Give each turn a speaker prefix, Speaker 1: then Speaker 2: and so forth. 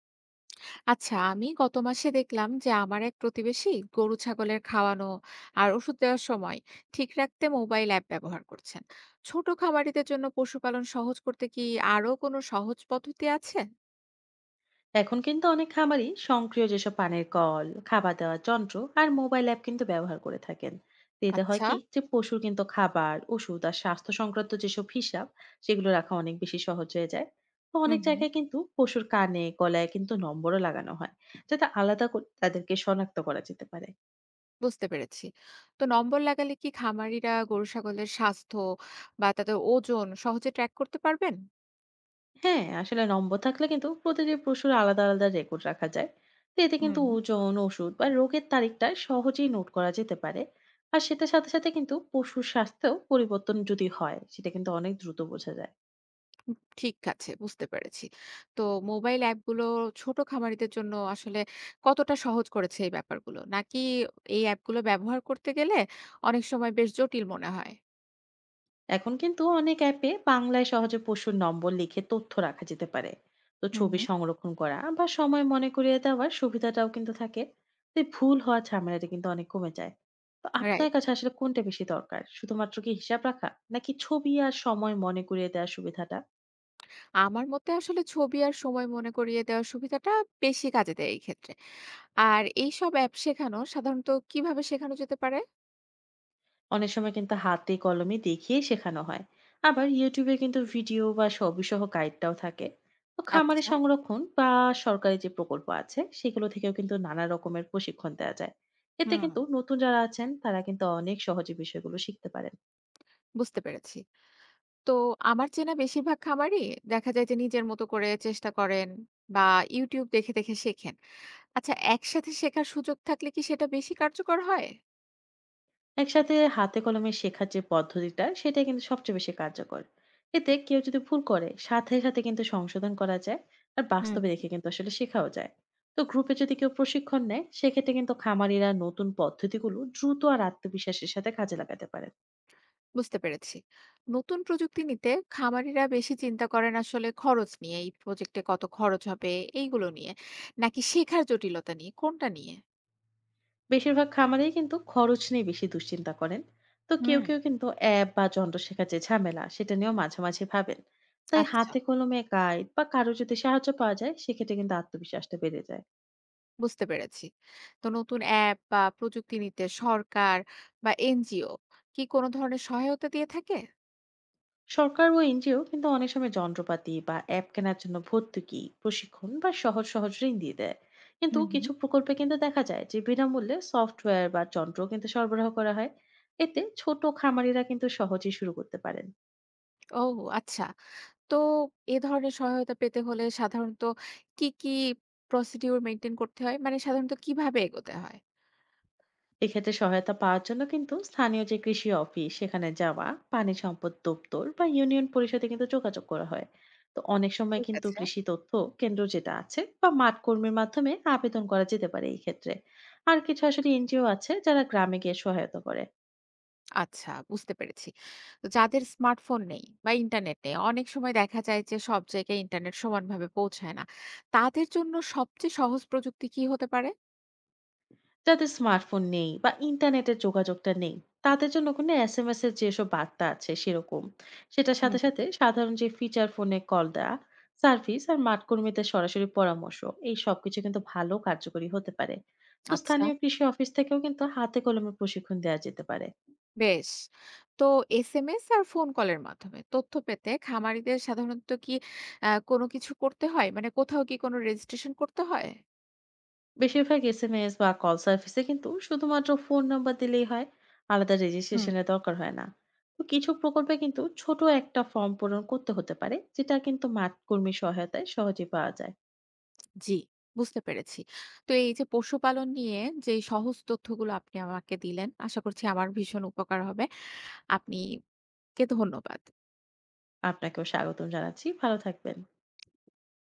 Speaker 1: আচ্ছা আমি গত মাসে দেখলাম যে আমার এক প্রতিবেশী গরু ছাগলের খাওয়ানো আর ওষুধ দেওয়ার সময় ঠিক রাখতে মোবাইল অ্যাপ ব্যবহার করছেন। ছোট খামারিদের জন্য পশুপালন সহজ করতে কি আরো কোনো সহজ পদ্ধতি আছে?
Speaker 2: এখন কিন্তু অনেক খামারই স্বয়ংক্রিয়, যেসব পানির কল, খাবার দেওয়ার যন্ত্র আর মোবাইল অ্যাপ কিন্তু ব্যবহার করে থাকেন। তো এতে হয়
Speaker 1: আচ্ছা।
Speaker 2: কি, যে পশুর কিন্তু খাবার, ওষুধ আর স্বাস্থ্য সংক্রান্ত যেসব হিসাব, সেগুলো রাখা অনেক বেশি সহজ হয়ে যায়। তো অনেক
Speaker 1: হুম হুম।
Speaker 2: জায়গায় কিন্তু পশুর কানে, গলায় কিন্তু নম্বরও লাগানো হয়, যাতে আলাদা করে তাদেরকে শনাক্ত করা যেতে পারে।
Speaker 1: বুঝতে পেরেছি। তো নম্বর লাগালে কি খামারিরা গরু ছাগলের স্বাস্থ্য বা তাদের ওজন সহজে ট্র্যাক করতে পারবেন?
Speaker 2: হ্যাঁ, আসলে নম্বর থাকলে কিন্তু প্রতিটি পশুর আলাদা আলাদা রেকর্ড রাখা যায়। তো এতে কিন্তু
Speaker 1: হুম।
Speaker 2: ওজন, ওষুধ বা রোগের তারিখটা সহজেই নোট করা যেতে পারে। আর সেটার সাথে সাথে কিন্তু পশুর স্বাস্থ্যেও পরিবর্তন যদি হয়, সেটা কিন্তু অনেক দ্রুত বোঝা যায়।
Speaker 1: ঠিক আছে, বুঝতে পেরেছি। তো মোবাইল অ্যাপগুলো ছোট খামারিদের জন্য আসলে কতটা সহজ করেছে এই ব্যাপারগুলো? নাকি এই অ্যাপগুলো ব্যবহার করতে গেলে অনেক সময় বেশ জটিল মনে হয়?
Speaker 2: এখন কিন্তু অনেক অ্যাপে বাংলায় সহজে পশুর নম্বর লিখে তথ্য রাখা যেতে পারে। তো
Speaker 1: হুম
Speaker 2: ছবি
Speaker 1: হুম।
Speaker 2: সংরক্ষণ করা বা সময় মনে করিয়ে দেওয়ার সুবিধাটাও কিন্তু থাকে। তো এই ভুল হওয়ার ঝামেলাটা কিন্তু অনেক কমে যায়। তো আপনার
Speaker 1: রাইট।
Speaker 2: কাছে আসলে কোনটা বেশি দরকার, শুধুমাত্র কি হিসাব রাখা, নাকি ছবি আর সময় মনে করিয়ে দেওয়ার সুবিধাটা?
Speaker 1: আমার মতে আসলে ছবি আর সময় মনে করিয়ে দেওয়ার সুবিধাটা বেশি কাজে দেয় এই ক্ষেত্রে। আর এইসব অ্যাপ শেখানো সাধারণত কিভাবে শেখানো যেতে পারে?
Speaker 2: অনেক সময় কিন্তু হাতে কলমে দেখিয়ে শেখানো হয়। আবার ইউটিউবে কিন্তু ভিডিও বা ছবিসহ গাইডটাও থাকে। তো খামারে
Speaker 1: আচ্ছা।
Speaker 2: সংরক্ষণ বা সরকারি যে প্রকল্প আছে সেগুলো থেকেও কিন্তু নানা রকমের প্রশিক্ষণ দেওয়া যায়। এতে
Speaker 1: হুম।
Speaker 2: কিন্তু নতুন যারা আছেন তারা কিন্তু অনেক সহজে বিষয়গুলো শিখতে পারেন।
Speaker 1: বুঝতে পেরেছি। তো আমার চেনা বেশিরভাগ খামারই দেখা যায় যে নিজের মতো করে চেষ্টা করেন বা YouTube দেখে দেখে শেখেন। আচ্ছা, একসাথে শেখার সুযোগ থাকলে কি সেটা বেশি কার্যকর হয়?
Speaker 2: একসাথে হাতে কলমে শেখার যে পদ্ধতিটা, সেটা কিন্তু সবচেয়ে বেশি কার্যকর। এতে কেউ যদি ভুল করে, সাথে সাথে কিন্তু সংশোধন করা যায়। আর বাস্তবে
Speaker 1: হুম।
Speaker 2: দেখে কিন্তু আসলে শেখাও যায়। তো গ্রুপে যদি কেউ প্রশিক্ষণ নেয়, সেক্ষেত্রে কিন্তু খামারিরা নতুন পদ্ধতিগুলো দ্রুত আর আত্মবিশ্বাসের সাথে কাজে লাগাতে পারেন।
Speaker 1: বুঝতে পেরেছি। নতুন প্রযুক্তি নিতে খামারিরা বেশি চিন্তা করেন আসলে খরচ নিয়ে, এই প্রজেক্টে কত খরচ হবে এইগুলো নিয়ে, নাকি শেখার জটিলতা নিয়ে, কোনটা নিয়ে?
Speaker 2: বেশিরভাগ খামারেই কিন্তু খরচ নিয়ে বেশি দুশ্চিন্তা করেন। তো কেউ
Speaker 1: হুম।
Speaker 2: কেউ কিন্তু অ্যাপ বা যন্ত্র শেখার যে ঝামেলা, সেটা নিয়েও মাঝে মাঝে ভাবেন। তাই
Speaker 1: আচ্ছা,
Speaker 2: হাতে কলমে গাইড বা কারো যদি সাহায্য পাওয়া যায়, সেক্ষেত্রে কিন্তু আত্মবিশ্বাসটা বেড়ে যায়।
Speaker 1: বুঝতে পেরেছি। তো নতুন অ্যাপ বা প্রযুক্তি নিতে সরকার বা এনজিও কি কোনো ধরনের সহায়তা দিয়ে থাকে?
Speaker 2: সরকার ও এনজিও কিন্তু অনেক সময় যন্ত্রপাতি বা অ্যাপ কেনার জন্য ভর্তুকি, প্রশিক্ষণ বা সহজ সহজ ঋণ দিয়ে দেয়। কিন্তু
Speaker 1: হুম, হুম।
Speaker 2: কিছু প্রকল্পে কিন্তু দেখা যায় যে বিনামূল্যে সফটওয়্যার বা যন্ত্র কিন্তু সরবরাহ করা হয়। এতে ছোট খামারিরা কিন্তু সহজেই শুরু করতে পারেন।
Speaker 1: ও আচ্ছা। তো এ ধরনের সহায়তা পেতে হলে সাধারণত কি procedure মেইনটেইন করতে হয়? মানে সাধারণত কিভাবে এগোতে হয়?
Speaker 2: এক্ষেত্রে সহায়তা পাওয়ার জন্য কিন্তু স্থানীয় যে কৃষি অফিস, সেখানে যাওয়া, পানি সম্পদ দপ্তর বা ইউনিয়ন পরিষদে কিন্তু যোগাযোগ করা হয়। তো অনেক সময়
Speaker 1: ঠিক
Speaker 2: কিন্তু
Speaker 1: আছে।
Speaker 2: কৃষি তথ্য কেন্দ্র যেটা আছে বা মাঠ কর্মীর মাধ্যমে আবেদন করা যেতে পারে এই ক্ষেত্রে। আর কিছু আসলে এনজিও আছে যারা গ্রামে গিয়ে সহায়তা করে।
Speaker 1: আচ্ছা, বুঝতে পেরেছি। তো যাদের স্মার্টফোন নেই বা ইন্টারনেট নেই, অনেক সময় দেখা যায় যে সব জায়গায় ইন্টারনেট সমানভাবে পৌঁছায় না। তাদের জন্য সবচেয়ে সহজ প্রযুক্তি কি হতে পারে?
Speaker 2: যাদের স্মার্টফোন নেই বা ইন্টারনেটের যোগাযোগটা নেই, তাদের জন্য কোনো এসএমএস এর যেসব বার্তা আছে সেরকম, সেটার সাথে
Speaker 1: হুম।
Speaker 2: সাথে সাধারণ যে ফিচার ফোনে কল দেওয়া সার্ভিস আর মাঠ কর্মীদের সরাসরি পরামর্শ, এই সবকিছু কিন্তু ভালো কার্যকরী হতে পারে। তো
Speaker 1: আচ্ছা,
Speaker 2: স্থানীয় কৃষি অফিস থেকেও কিন্তু হাতে কলমে প্রশিক্ষণ দেওয়া যেতে পারে।
Speaker 1: বেশ। তো এসএমএস আর ফোন কলের মাধ্যমে তথ্য পেতে খামারিদের সাধারণত কি কোনো কিছু করতে হয়? মানে কোথাও কি কোনো রেজিস্ট্রেশন করতে হয়?
Speaker 2: বেশিরভাগ এসএমএস বা কল সার্ভিসে কিন্তু শুধুমাত্র ফোন নাম্বার দিলেই হয়, আলাদা রেজিস্ট্রেশনের দরকার হয় না। তো কিছু প্রকল্পে কিন্তু ছোট একটা ফর্ম পূরণ করতে হতে পারে, যেটা কিন্তু মাঠ কর্মী সহায়তায় সহজে পাওয়া যায়।
Speaker 1: জি, বুঝতে পেরেছি। তো এই যে পশুপালন নিয়ে যে সহজ তথ্যগুলো আপনি আমাকে দিলেন, আশা করছি আমার ভীষণ উপকার হবে। আপনি কে ধন্যবাদ।
Speaker 2: আপনাকেও স্বাগতম জানাচ্ছি, ভালো থাকবেন।